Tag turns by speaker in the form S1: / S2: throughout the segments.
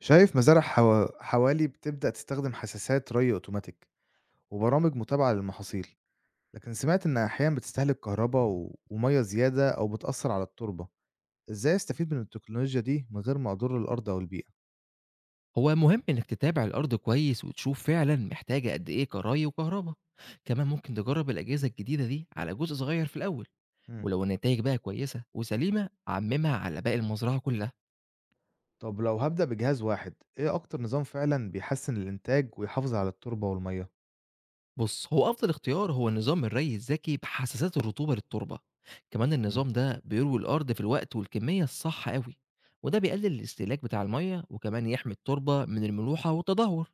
S1: شايف مزارع حوالي بتبدأ تستخدم حساسات ري اوتوماتيك وبرامج متابعة للمحاصيل. لكن سمعت إن أحيانا بتستهلك كهرباء و... ومية زيادة أو بتأثر على التربة. إزاي أستفيد من التكنولوجيا دي من غير ما أضر الأرض أو البيئة؟
S2: هو مهم إنك تتابع الأرض كويس وتشوف فعلا محتاجة قد إيه كراي وكهرباء. كمان ممكن تجرب الأجهزة الجديدة دي على جزء صغير في الأول،
S1: مم.
S2: ولو النتائج بقى كويسة وسليمة عممها على باقي المزرعة كلها.
S1: طب لو هبدأ بجهاز واحد إيه أكتر نظام فعلا بيحسن الإنتاج ويحافظ على التربة والمية؟
S2: بص، هو أفضل اختيار هو نظام الري الذكي بحساسات الرطوبة للتربة. كمان
S1: مم.
S2: النظام ده بيروي الأرض في الوقت والكمية الصح قوي، وده بيقلل الاستهلاك بتاع المية وكمان يحمي التربة من الملوحة والتدهور.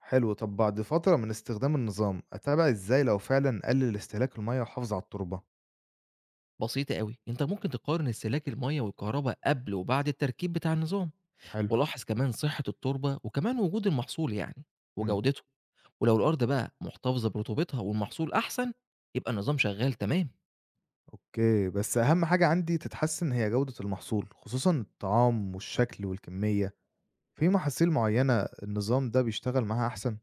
S1: حلو. طب بعد فترة من استخدام النظام أتابع إزاي لو فعلا قلل استهلاك المية وحافظ على التربة؟
S2: بسيطة أوي، أنت ممكن تقارن استهلاك المَيّة والكهربا قبل وبعد التركيب بتاع النظام،
S1: حلو.
S2: ولاحظ كمان صحة التربة وكمان وجود المحصول يعني
S1: مم.
S2: وجودته، ولو الأرض بقى محتفظة برطوبتها والمحصول أحسن يبقى النظام شغال تمام.
S1: أوكي، بس أهم حاجة عندي تتحسّن هي جودة المحصول، خصوصًا الطعام والشكل والكمية، في محاصيل معيّنة النظام ده بيشتغل معاها أحسن؟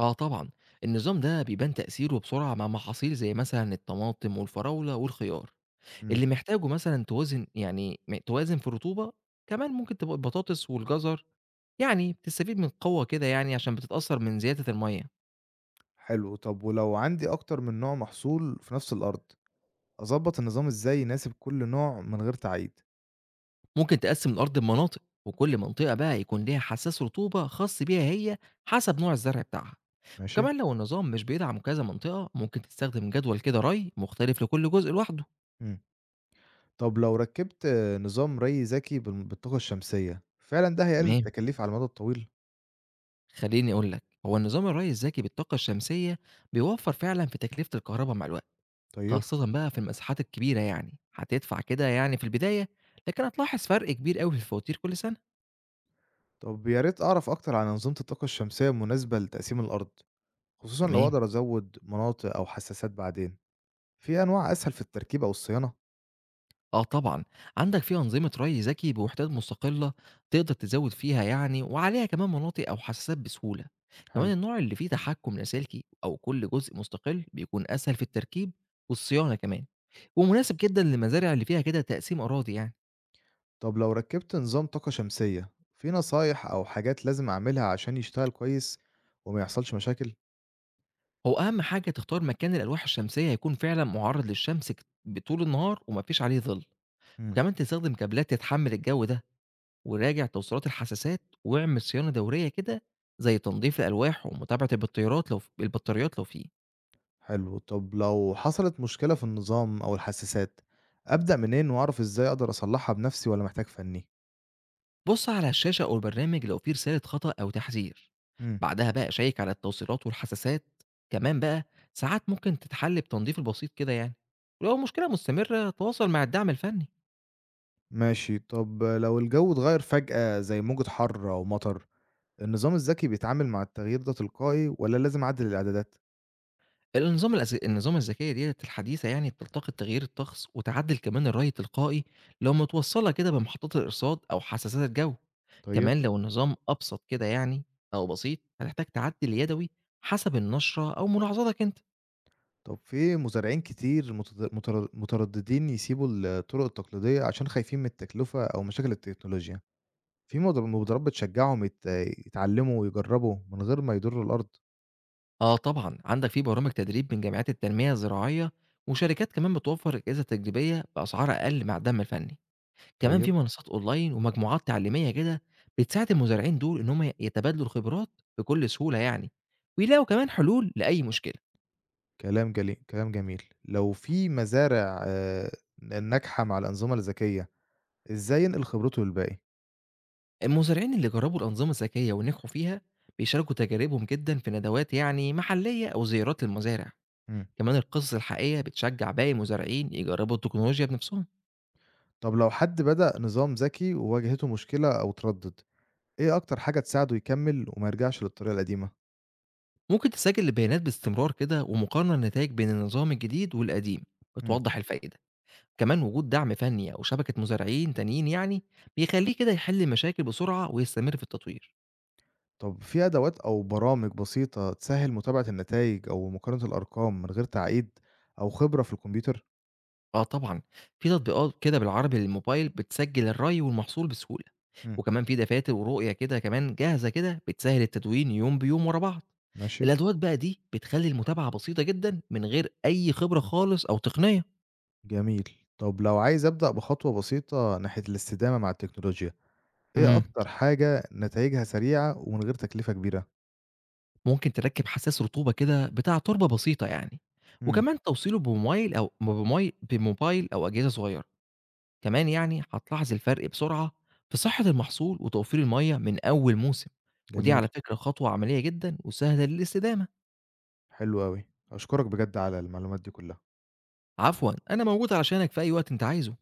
S2: آه طبعًا، النظام ده بيبان تأثيره بسرعة مع محاصيل زي مثلًا الطماطم والفراولة والخيار،
S1: إمم.
S2: اللي محتاجه مثلًا توازن يعني توازن في الرطوبة، كمان ممكن تبقى البطاطس والجزر يعني بتستفيد من قوة كده يعني عشان بتتأثر من زيادة المَيّة.
S1: حلو، طب ولو عندي أكتر من نوع محصول في نفس الأرض، أضبّط النظام إزاي يناسب كل نوع من غير تعقيد؟
S2: ممكن تقسم الأرض لمناطق وكل منطقة بقى يكون ليها حساس رطوبة خاص بيها هي حسب نوع الزرع بتاعها.
S1: ماشي.
S2: كمان لو النظام مش بيدعم كذا منطقة ممكن تستخدم جدول كده ري مختلف لكل جزء لوحده.
S1: إمم. طب لو ركّبت نظام ري ذكي بالطاقة الشمسية، فعلًا ده هيقلل
S2: تمام،
S1: التكاليف على المدى الطويل؟
S2: خليني أقول لك، هو النظام الري الذكي بالطاقة الشمسية بيوفر فعلا في تكلفة الكهرباء مع الوقت،
S1: طيب.
S2: خاصة بقى في المساحات الكبيرة، يعني هتدفع كده يعني في البداية، لكن هتلاحظ فرق كبير قوي في الفواتير كل سنة.
S1: طب يا ريت أعرف أكتر عن أنظمة الطاقة الشمسية المناسبة لتقسيم الأرض. خصوصًا لو
S2: تمام.
S1: أقدر أزوّد مناطق أو حساسات بعدين، في أنواع أسهل في التركيب أو الصيانة؟
S2: آه طبعًا، عندك في أنظمة رَي ذكي بوحدات مستقلة تقدر تزوّد فيها يعني وعليها كمان مناطق أو حساسات بسهولة. كمان
S1: حلو.
S2: النوع اللي فيه تحكُّم لاسلكي أو كل جزء مستقل بيكون أسهل في التركيب والصيانة كمان، ومناسب جدًا للمزارع اللي فيها كده تقسيم أراضي يعني.
S1: طب لو ركّبت نظام طاقة شمسية، في نصايح أو حاجات لازم أعملها عشان يشتغل كويس وما يحصلش مشاكل؟
S2: هو أهم حاجة تختار مكان الألواح الشمسية يكون فعلًا مُعرّض للشمس بطول النهار وما فيش عليه ظِل،
S1: إمم.
S2: وكمان تستخدم كابلات تتحمّل الجو ده. وراجع توصيلات الحساسات، واعمل صيانة دورية كده زي تنضيف الألواح ومتابعة البطاريات لو ف البطاريات لو فيه.
S1: حلو، طب لو حصلت مشكلة في النظام أو الحساسات، أبدأ منين وأعرف إزاي أقدر أصلّحها بنفسي والّا محتاج فني؟
S2: بُص على الشاشة أو البرنامج لو فيه رسالة خطأ أو تحذير.
S1: إمم.
S2: بعدها بقى شيّك على التوصيلات والحساسات، كمان بقى ساعات ممكن تتحل بتنضيف البسيط كده يعني. ولو المشكلة مستمرة تواصل مع الدعم الفني.
S1: ماشي، طب لو الجو اتغيّر فجأة زي موجة حَر أو مطر، النظام الذكي بيتعامل مع التغيير ده تلقائي والّا لازم أعدّل الإعدادات؟
S2: النظام الذكية ديّة الحديثة يعني بتلتقط تغيير الطقس وتعدل كمان الري التلقائي لو متوصّلة كده بمحطات الإرصاد أو حساسات الجو.
S1: طيب.
S2: كمان لو النظام أبسط كده يعني أو بسيط هتحتاج تعدل يدوي حسب النشرة أو ملاحظاتك أنت.
S1: طب في مزارعين كتير متد متر مترددين يسيبوا الطرق التقليدية عشان خايفين من التكلفة أو مشاكل التكنولوجيا، في مبادرات بتشجعهم يتعلموا ويجربوا من غير ما يضروا الأرض،
S2: آه طبعًا، عندك في برامج تدريب من جمعيات التنمية الزراعية وشركات كمان بتوفّر أجهزة تجريبية بأسعار أقل مع الدعم الفني. كمان في
S1: طيب.
S2: منصات أونلاين ومجموعات تعليمية كده بتساعد المزارعين دول إن هم يتبادلوا الخبرات بكل سهولة يعني، ويلاقوا كمان حلول لأي مشكلة.
S1: كلام جميل، لو في مزارع ن ناجحة مع الأنظمة الذكية، إزاي ينقل خبرته للباقي؟
S2: المزارعين اللي جربوا الأنظمة الذكية ونجحوا فيها بيشاركوا تجاربهم جدا في ندوات يعني محلية أو زيارات للمزارع.
S1: إمم.
S2: كمان القصص الحقيقية بتشجع باقي المزارعين يجربوا التكنولوجيا بنفسهم.
S1: طب لو حد بدأ نظام ذكي وواجهته مشكلة أو تردد، إيه أكتر حاجة تساعده يكمل وما يرجعش للطريقة القديمة؟
S2: ممكن تسجل البيانات باستمرار كده، ومقارنة النتائج بين النظام الجديد والقديم
S1: إمم.
S2: بتوضح الفائدة. كمان وجود دعم فني أو شبكة مزارعين تانيين يعني بيخليه كده يحل مشاكل بسرعة ويستمر في التطوير.
S1: طب في أدوات أو برامج بسيطة تسهّل متابعة النتايج أو مقارنة الأرقام من غير تعقيد أو خبرة في الكمبيوتر؟
S2: آه طبعًا، في تطبيقات كده بالعربي للموبايل بتسجل الري والمحصول بسهولة،
S1: مم.
S2: وكمان في دفاتر ورؤية كده كمان جاهزة كده بتسهل التدوين يوم بيوم ورا بعض.
S1: ماشي.
S2: الأدوات بقى دي بتخلي المتابعة بسيطة جدًا من غير أي خبرة خالص أو تقنية.
S1: جميل. طب لو عايز أبدأ بخطوة بسيطة ناحية الاستدامة مع التكنولوجيا، إيه
S2: امم
S1: أكتر حاجة نتايجها سريعة ومن غير تكلفة كبيرة؟
S2: ممكن تركب حساس رطوبة كده بتاع تربة بسيطة يعني،
S1: مم.
S2: وكمان توصيله بموبايل أو بموبايل أو أجهزة صغيرة. كمان يعني هتلاحظ الفرق بسرعة في صحة المحصول وتوفير المية من أول موسم، ودي
S1: جميل.
S2: على فكرة خطوة عملية جدا وسهلة للاستدامة.
S1: حلو أوي. أشكرك بجد على المعلومات دي كلها.
S2: عفوا، أنا موجود علشانك في أي وقت أنت عايزه.